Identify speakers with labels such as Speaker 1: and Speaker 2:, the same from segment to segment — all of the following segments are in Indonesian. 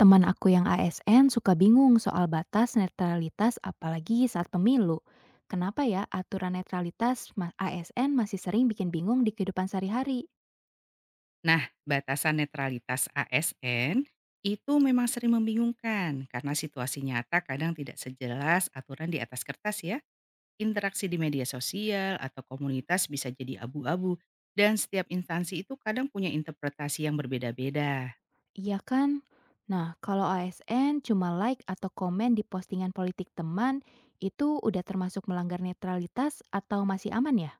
Speaker 1: Teman aku yang ASN suka bingung soal batas netralitas apalagi saat pemilu. Kenapa ya aturan netralitas ASN masih sering bikin bingung di kehidupan sehari-hari?
Speaker 2: Nah, batasan netralitas ASN itu memang sering membingungkan karena situasi nyata kadang tidak sejelas aturan di atas kertas ya. Interaksi di media sosial atau komunitas bisa jadi abu-abu dan setiap instansi itu kadang punya interpretasi yang berbeda-beda.
Speaker 1: Iya kan? Nah, kalau ASN cuma like atau komen di postingan politik teman, itu udah termasuk melanggar netralitas atau masih aman ya?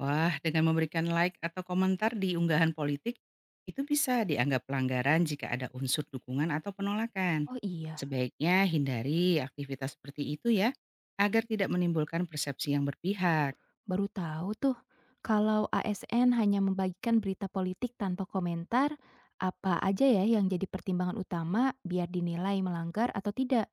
Speaker 2: Wah, dengan memberikan like atau komentar di unggahan politik, itu bisa dianggap pelanggaran jika ada unsur dukungan atau penolakan.
Speaker 1: Oh iya.
Speaker 2: Sebaiknya hindari aktivitas seperti itu ya, agar tidak menimbulkan persepsi yang berpihak.
Speaker 1: Baru tahu tuh, kalau ASN hanya membagikan berita politik tanpa komentar, apa aja ya yang jadi pertimbangan utama biar dinilai melanggar atau tidak?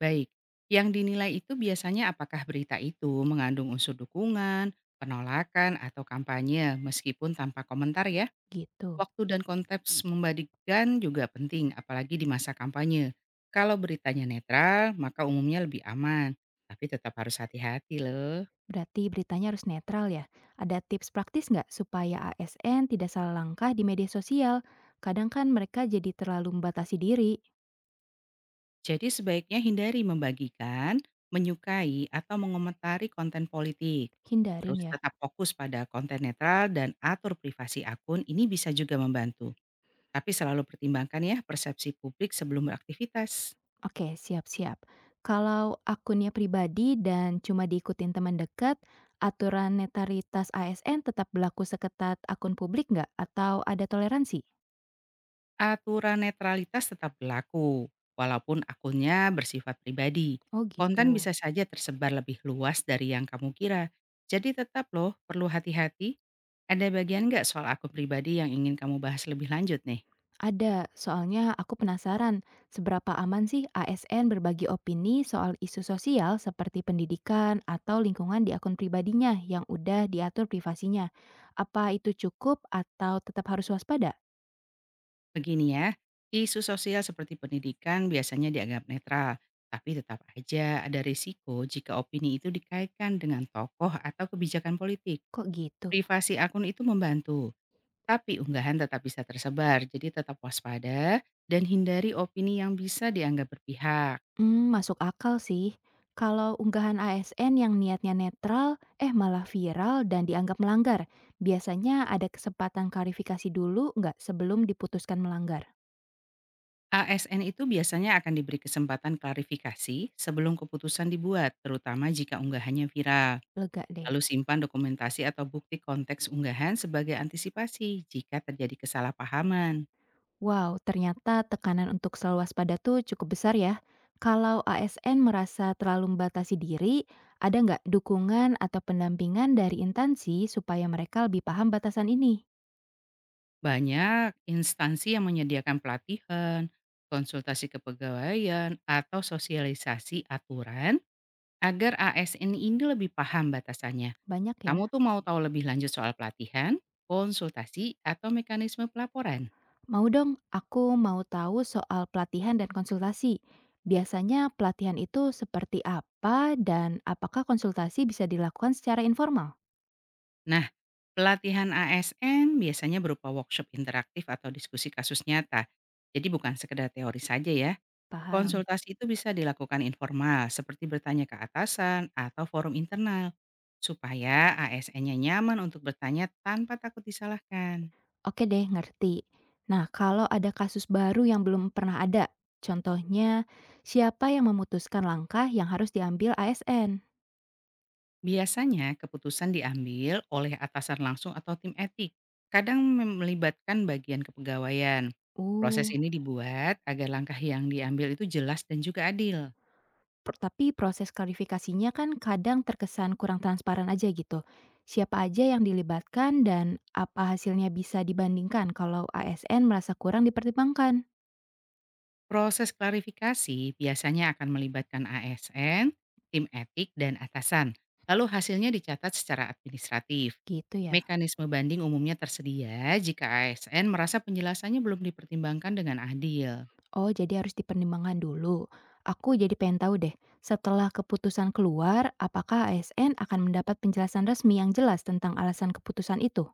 Speaker 2: Baik, yang dinilai itu biasanya apakah berita itu mengandung unsur dukungan, penolakan, atau kampanye meskipun tanpa komentar ya.
Speaker 1: Gitu.
Speaker 2: Waktu dan konteks membagikan juga penting, apalagi di masa kampanye. Kalau beritanya netral, maka umumnya lebih aman, tapi tetap harus hati-hati loh.
Speaker 1: Berarti beritanya harus netral ya. Ada tips praktis nggak supaya ASN tidak salah langkah di media sosial? Kadang kan mereka jadi terlalu membatasi diri.
Speaker 2: Jadi sebaiknya hindari membagikan, menyukai, atau mengomentari konten politik.
Speaker 1: Hindarin
Speaker 2: Terus
Speaker 1: ya.
Speaker 2: tetap fokus pada konten netral dan atur privasi akun, ini bisa juga membantu. Tapi selalu pertimbangkan ya persepsi publik sebelum beraktivitas.
Speaker 1: Oke, siap-siap. Kalau akunnya pribadi dan cuma diikutin teman dekat, aturan netralitas ASN tetap berlaku seketat akun publik nggak? Atau ada toleransi?
Speaker 2: Aturan netralitas tetap berlaku, walaupun akunnya bersifat pribadi.
Speaker 1: Oh
Speaker 2: Konten
Speaker 1: gitu.
Speaker 2: bisa saja tersebar lebih luas dari yang kamu kira. Jadi tetap loh, perlu hati-hati. Ada bagian nggak soal akun pribadi yang ingin kamu bahas lebih lanjut nih?
Speaker 1: Ada, soalnya aku penasaran seberapa aman sih ASN berbagi opini soal isu sosial seperti pendidikan atau lingkungan di akun pribadinya yang udah diatur privasinya. Apa itu cukup atau tetap harus waspada?
Speaker 2: Begini ya, isu sosial seperti pendidikan biasanya dianggap netral. Tapi tetap aja ada risiko jika opini itu dikaitkan dengan tokoh atau kebijakan politik.
Speaker 1: Kok gitu?
Speaker 2: Privasi akun itu membantu, tapi unggahan tetap bisa tersebar, jadi tetap waspada dan hindari opini yang bisa dianggap berpihak.
Speaker 1: Hmm, masuk akal sih. Kalau unggahan ASN yang niatnya netral, eh malah viral dan dianggap melanggar. Biasanya ada kesempatan klarifikasi dulu nggak sebelum diputuskan melanggar?
Speaker 2: ASN itu biasanya akan diberi kesempatan klarifikasi sebelum keputusan dibuat, terutama jika unggahannya viral.
Speaker 1: Lega deh.
Speaker 2: Lalu simpan dokumentasi atau bukti konteks unggahan sebagai antisipasi jika terjadi kesalahpahaman.
Speaker 1: Wow, ternyata tekanan untuk selalu waspada tuh cukup besar ya. Kalau ASN merasa terlalu membatasi diri, ada nggak dukungan atau pendampingan dari instansi supaya mereka lebih paham batasan ini?
Speaker 2: Banyak instansi yang menyediakan pelatihan, konsultasi kepegawaian, atau sosialisasi aturan agar ASN ini lebih paham batasannya.
Speaker 1: Banyak ya.
Speaker 2: Kamu tuh mau tahu lebih lanjut soal pelatihan, konsultasi, atau mekanisme pelaporan?
Speaker 1: Mau dong, aku mau tahu soal pelatihan dan konsultasi. Biasanya pelatihan itu seperti apa dan apakah konsultasi bisa dilakukan secara informal?
Speaker 2: Nah, pelatihan ASN biasanya berupa workshop interaktif atau diskusi kasus nyata. Jadi bukan sekedar teori saja ya.
Speaker 1: Paham.
Speaker 2: Konsultasi itu bisa dilakukan informal, seperti bertanya ke atasan atau forum internal, supaya ASN-nya nyaman untuk bertanya tanpa takut disalahkan.
Speaker 1: Oke deh, ngerti. Nah, kalau ada kasus baru yang belum pernah ada, contohnya siapa yang memutuskan langkah yang harus diambil ASN?
Speaker 2: Biasanya keputusan diambil oleh atasan langsung atau tim etik, kadang melibatkan bagian kepegawaian. Proses
Speaker 1: Uh.
Speaker 2: ini dibuat agar langkah yang diambil itu jelas dan juga adil.
Speaker 1: Tapi proses klarifikasinya kan kadang terkesan kurang transparan aja gitu. Siapa aja yang dilibatkan dan apa hasilnya bisa dibandingkan kalau ASN merasa kurang dipertimbangkan?
Speaker 2: Proses klarifikasi biasanya akan melibatkan ASN, tim etik, dan atasan. Lalu hasilnya dicatat secara administratif.
Speaker 1: Gitu ya.
Speaker 2: Mekanisme banding umumnya tersedia jika ASN merasa penjelasannya belum dipertimbangkan dengan adil.
Speaker 1: Oh, jadi harus dipertimbangkan dulu. Aku jadi pengen tahu deh, setelah keputusan keluar, apakah ASN akan mendapat penjelasan resmi yang jelas tentang alasan keputusan itu?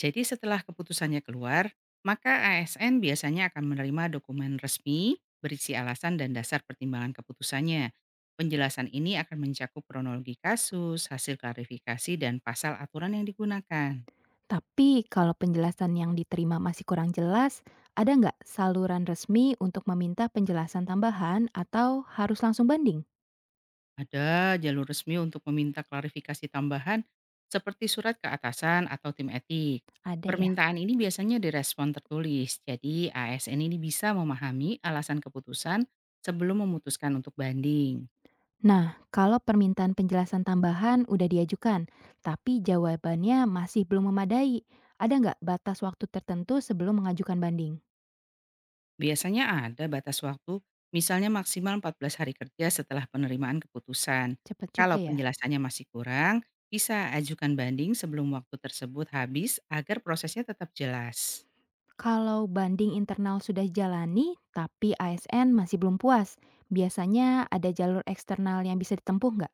Speaker 2: Jadi setelah keputusannya keluar, maka ASN biasanya akan menerima dokumen resmi berisi alasan dan dasar pertimbangan keputusannya. Penjelasan ini akan mencakup kronologi kasus, hasil klarifikasi, dan pasal aturan yang digunakan.
Speaker 1: Tapi kalau penjelasan yang diterima masih kurang jelas, ada nggak saluran resmi untuk meminta penjelasan tambahan atau harus langsung banding?
Speaker 2: Ada jalur resmi untuk meminta klarifikasi tambahan seperti surat ke atasan atau tim etik.
Speaker 1: Ada ya.
Speaker 2: Permintaan ini biasanya direspon tertulis, jadi ASN ini bisa memahami alasan keputusan sebelum memutuskan untuk banding.
Speaker 1: Nah, kalau permintaan penjelasan tambahan udah diajukan, tapi jawabannya masih belum memadai, ada nggak batas waktu tertentu sebelum mengajukan banding?
Speaker 2: Biasanya ada batas waktu, misalnya maksimal 14 hari kerja setelah penerimaan keputusan.
Speaker 1: Cepat
Speaker 2: Kalau
Speaker 1: juga ya.
Speaker 2: penjelasannya masih kurang, bisa ajukan banding sebelum waktu tersebut habis agar prosesnya tetap jelas.
Speaker 1: Kalau banding internal sudah jalani, tapi ASN masih belum puas, biasanya ada jalur eksternal yang bisa ditempuh nggak?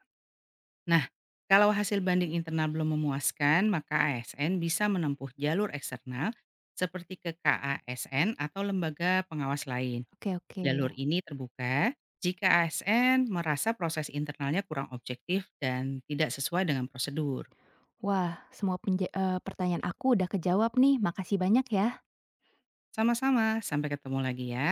Speaker 2: Nah, kalau hasil banding internal belum memuaskan, maka ASN bisa menempuh jalur eksternal seperti ke KASN atau lembaga pengawas lain.
Speaker 1: Oke, oke.
Speaker 2: Jalur ini terbuka jika ASN merasa proses internalnya kurang objektif dan tidak sesuai dengan prosedur.
Speaker 1: Wah, semua pertanyaan aku udah kejawab nih, makasih banyak ya.
Speaker 2: Sama-sama, sampai ketemu lagi ya.